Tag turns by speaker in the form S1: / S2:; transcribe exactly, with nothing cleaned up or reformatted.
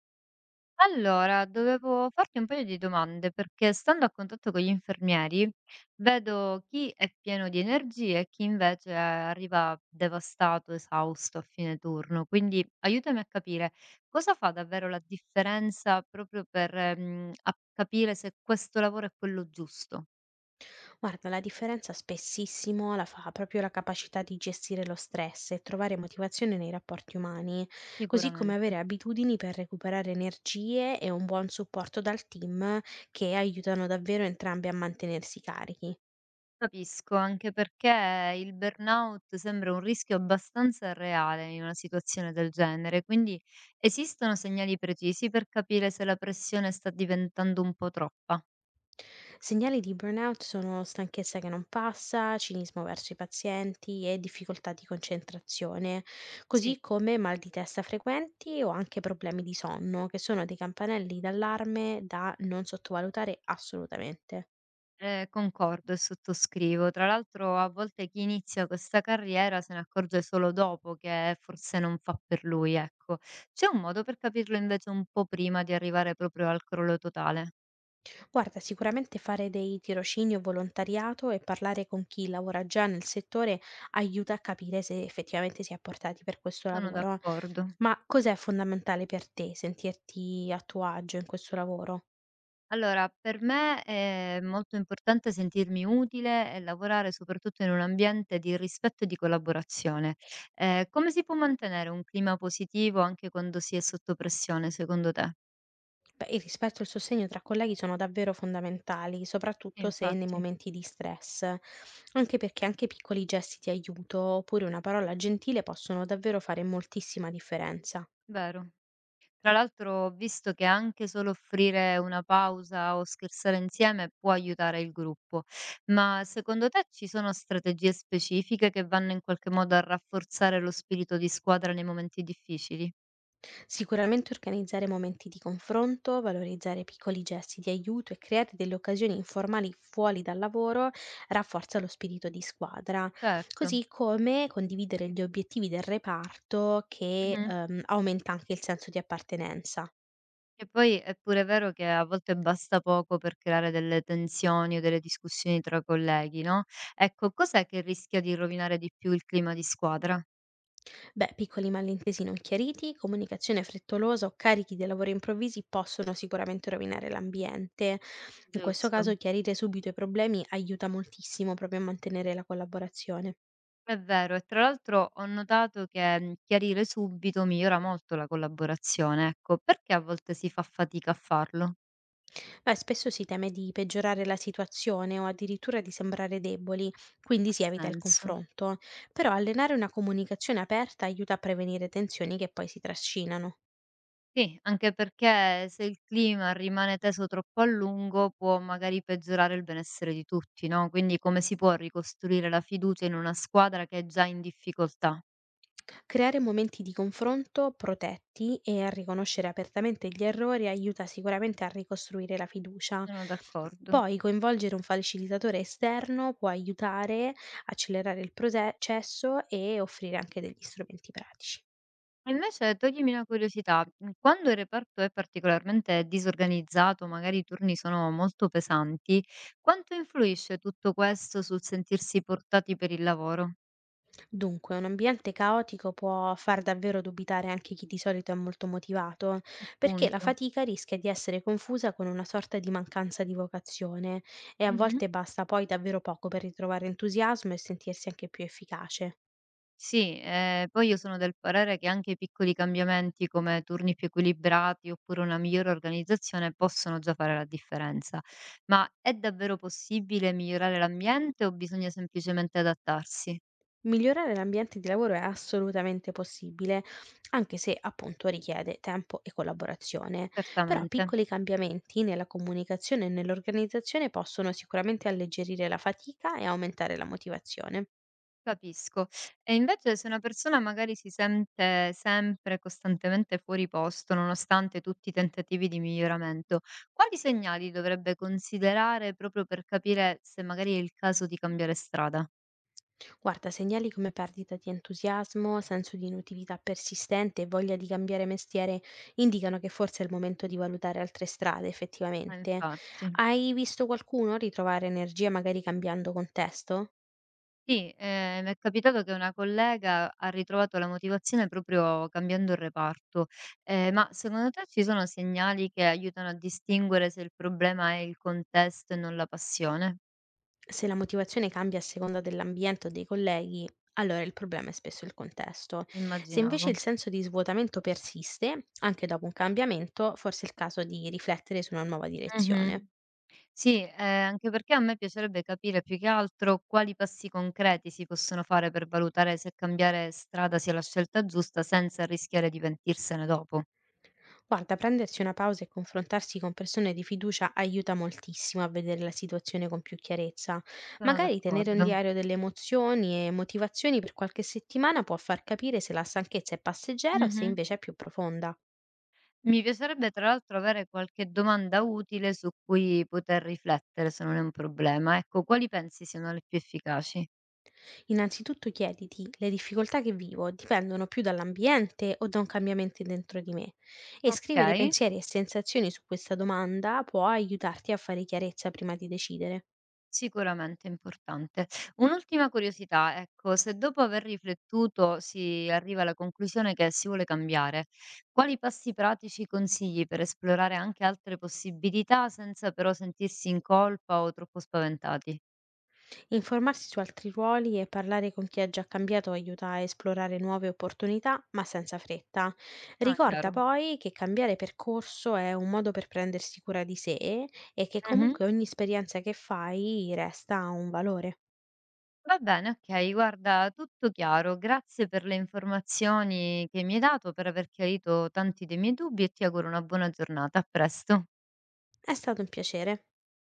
S1: Allora, dovevo farti un paio di domande perché stando a contatto con gli infermieri vedo chi è pieno di energie e chi invece arriva devastato, esausto a fine turno. Quindi aiutami a capire cosa fa davvero la differenza proprio per ehm, a- capire se questo lavoro è quello giusto.
S2: Guarda, la differenza spessissimo la fa proprio la capacità di gestire lo stress e trovare motivazione nei rapporti umani, così come
S1: Sicuramente.
S2: avere abitudini per recuperare energie e un buon supporto dal team che aiutano davvero entrambi a mantenersi carichi.
S1: Capisco, anche perché il burnout sembra un rischio abbastanza reale in una situazione del genere, quindi esistono segnali precisi per capire se la pressione sta diventando un po' troppa.
S2: Segnali di burnout sono stanchezza che non passa, cinismo verso i pazienti e difficoltà di concentrazione,
S1: Sì,
S2: così come mal di testa frequenti o anche problemi di sonno, che sono dei campanelli d'allarme da non sottovalutare assolutamente.
S1: eh, concordo e sottoscrivo. Tra l'altro, a volte chi inizia questa carriera se ne accorge solo dopo che forse non fa per lui, ecco. C'è un modo per capirlo invece un po' prima di arrivare proprio al crollo totale.
S2: Guarda, sicuramente fare dei tirocini o volontariato e parlare con chi lavora già nel settore aiuta a capire se effettivamente si è portati per questo
S1: Sono
S2: lavoro.
S1: d'accordo.
S2: Ma cos'è fondamentale per te sentirti a tuo agio in questo lavoro?
S1: Allora, per me è molto importante sentirmi utile e lavorare soprattutto in un ambiente di rispetto e di collaborazione. Ehm, come si può mantenere un clima positivo anche quando si è sotto pressione secondo te?
S2: Beh, il rispetto e il sostegno tra colleghi sono davvero fondamentali,
S1: Sì,
S2: soprattutto se nei
S1: infatti.
S2: momenti di stress, anche perché anche piccoli gesti di aiuto oppure una parola gentile possono davvero fare moltissima differenza.
S1: Vero. Tra l'altro ho visto che anche solo offrire una pausa o scherzare insieme può aiutare il gruppo. Ma secondo te ci sono strategie specifiche che vanno in qualche modo a rafforzare lo spirito di squadra nei momenti difficili?
S2: Sicuramente organizzare momenti di confronto, valorizzare piccoli gesti di aiuto e creare delle occasioni informali fuori dal lavoro rafforza lo spirito di squadra,
S1: Certo.
S2: così come condividere gli obiettivi del reparto che
S1: Mh-mh.
S2: ehm, aumenta anche il senso di appartenenza.
S1: E poi è pure vero che a volte basta poco per creare delle tensioni o delle discussioni tra colleghi, no? Ecco, cos'è che rischia di rovinare di più il clima di squadra?
S2: Beh, piccoli malintesi non chiariti, comunicazione frettolosa o carichi di lavoro improvvisi possono sicuramente rovinare l'ambiente. In questo
S1: Giusto.
S2: caso chiarire subito i problemi aiuta moltissimo proprio a mantenere la collaborazione.
S1: È vero, e tra l'altro ho notato che mm, chiarire subito migliora molto la collaborazione, ecco, perché a volte si fa fatica a farlo?
S2: Beh, spesso si teme di peggiorare la situazione o addirittura di sembrare deboli, quindi
S1: Ha
S2: si evita il
S1: senso.
S2: confronto. Però allenare una comunicazione aperta aiuta a prevenire tensioni che poi si trascinano.
S1: Sì, anche perché se il clima rimane teso troppo a lungo può magari peggiorare il benessere di tutti, no, quindi come si può ricostruire la fiducia in una squadra che è già in difficoltà?
S2: Creare momenti di confronto protetti e a riconoscere apertamente gli errori aiuta sicuramente a ricostruire la fiducia.
S1: Sono d'accordo.
S2: Poi coinvolgere un facilitatore esterno può aiutare, a accelerare il proce- processo e offrire anche degli strumenti pratici.
S1: E invece toglimi una curiosità, mhmm, quando il reparto è particolarmente disorganizzato, magari i turni sono molto pesanti, quanto influisce tutto questo sul sentirsi portati per il lavoro?
S2: Dunque, un ambiente caotico può far davvero dubitare anche chi di solito è molto motivato, perché la
S1: Appunto.
S2: fatica rischia di essere confusa con una sorta di mancanza di vocazione e a
S1: Mh-mh.
S2: volte basta poi davvero poco per ritrovare entusiasmo e sentirsi anche più efficace.
S1: Sì, ehm, poi io sono del parere che anche i piccoli cambiamenti come turni più equilibrati oppure una migliore organizzazione possono già fare la differenza. Ma è davvero possibile migliorare l'ambiente o bisogna semplicemente adattarsi?
S2: Migliorare l'ambiente di lavoro è assolutamente possibile, anche se appunto richiede tempo e collaborazione, però
S1: Certamente,
S2: piccoli cambiamenti nella comunicazione e nell'organizzazione possono sicuramente alleggerire la fatica e aumentare la motivazione.
S1: capisco. E invece se una persona magari si sente sempre costantemente fuori posto, nonostante tutti i tentativi di miglioramento, quali segnali dovrebbe considerare proprio per capire se magari è il caso di cambiare strada?
S2: Guarda, segnali come perdita di entusiasmo, senso di inutilità persistente e voglia di cambiare mestiere indicano che forse è il momento di valutare altre strade,
S1: Ma
S2: effettivamente.
S1: infatti.
S2: Hai visto qualcuno ritrovare energia magari cambiando contesto?
S1: Sì, ehm, m'è capitato che una collega ha ritrovato la motivazione proprio cambiando il reparto. Ehm, ma secondo te ci sono segnali che aiutano a distinguere se il problema è il contesto e non la passione?
S2: Se la motivazione cambia a seconda dell'ambiente o dei colleghi, allora il problema è spesso il contesto. Se
S1: Immaginavo.
S2: invece il senso di svuotamento persiste, anche dopo un cambiamento, forse è il caso di riflettere su una nuova direzione.
S1: Mh-mh. Sì, ehm, anche perché a me piacerebbe capire più che altro quali passi concreti si possono fare per valutare se cambiare strada sia la scelta giusta senza rischiare di pentirsene dopo.
S2: Guarda, prendersi una pausa e confrontarsi con persone di fiducia aiuta moltissimo a vedere la situazione con più chiarezza.
S1: Sono
S2: Magari tenere un
S1: d'accordo.
S2: diario delle emozioni e motivazioni per qualche settimana può far capire se la stanchezza è passeggera o se
S1: Mh-mh.
S2: invece è più profonda.
S1: Mi piacerebbe tra l'altro avere qualche domanda utile su cui poter riflettere, se non è un problema. Ecco, quali pensi siano le più efficaci?
S2: Innanzitutto chiediti, le difficoltà che vivo dipendono più dall'ambiente o da un cambiamento dentro di me? E scrivere
S1: Okay,
S2: pensieri e sensazioni su questa domanda può aiutarti a fare chiarezza prima di decidere.
S1: sicuramente importante. Un'ultima curiosità, ecco, se dopo aver riflettuto si arriva alla conclusione che si vuole cambiare, quali passi pratici consigli per esplorare anche altre possibilità senza però sentirsi in colpa o troppo spaventati?
S2: Informarsi su altri ruoli e parlare con chi ha già cambiato aiuta a esplorare nuove opportunità, ma senza fretta.
S1: Ah,
S2: Ricorda
S1: chiaro.
S2: poi che cambiare percorso è un modo per prendersi cura di sé e che
S1: Mh-mh.
S2: comunque ogni esperienza che fai resta un valore.
S1: Va bene, okay, guarda tutto chiaro. Grazie per le informazioni che mi hai dato, per aver chiarito tanti dei miei dubbi e ti auguro una buona giornata. A presto.
S2: È stato un piacere.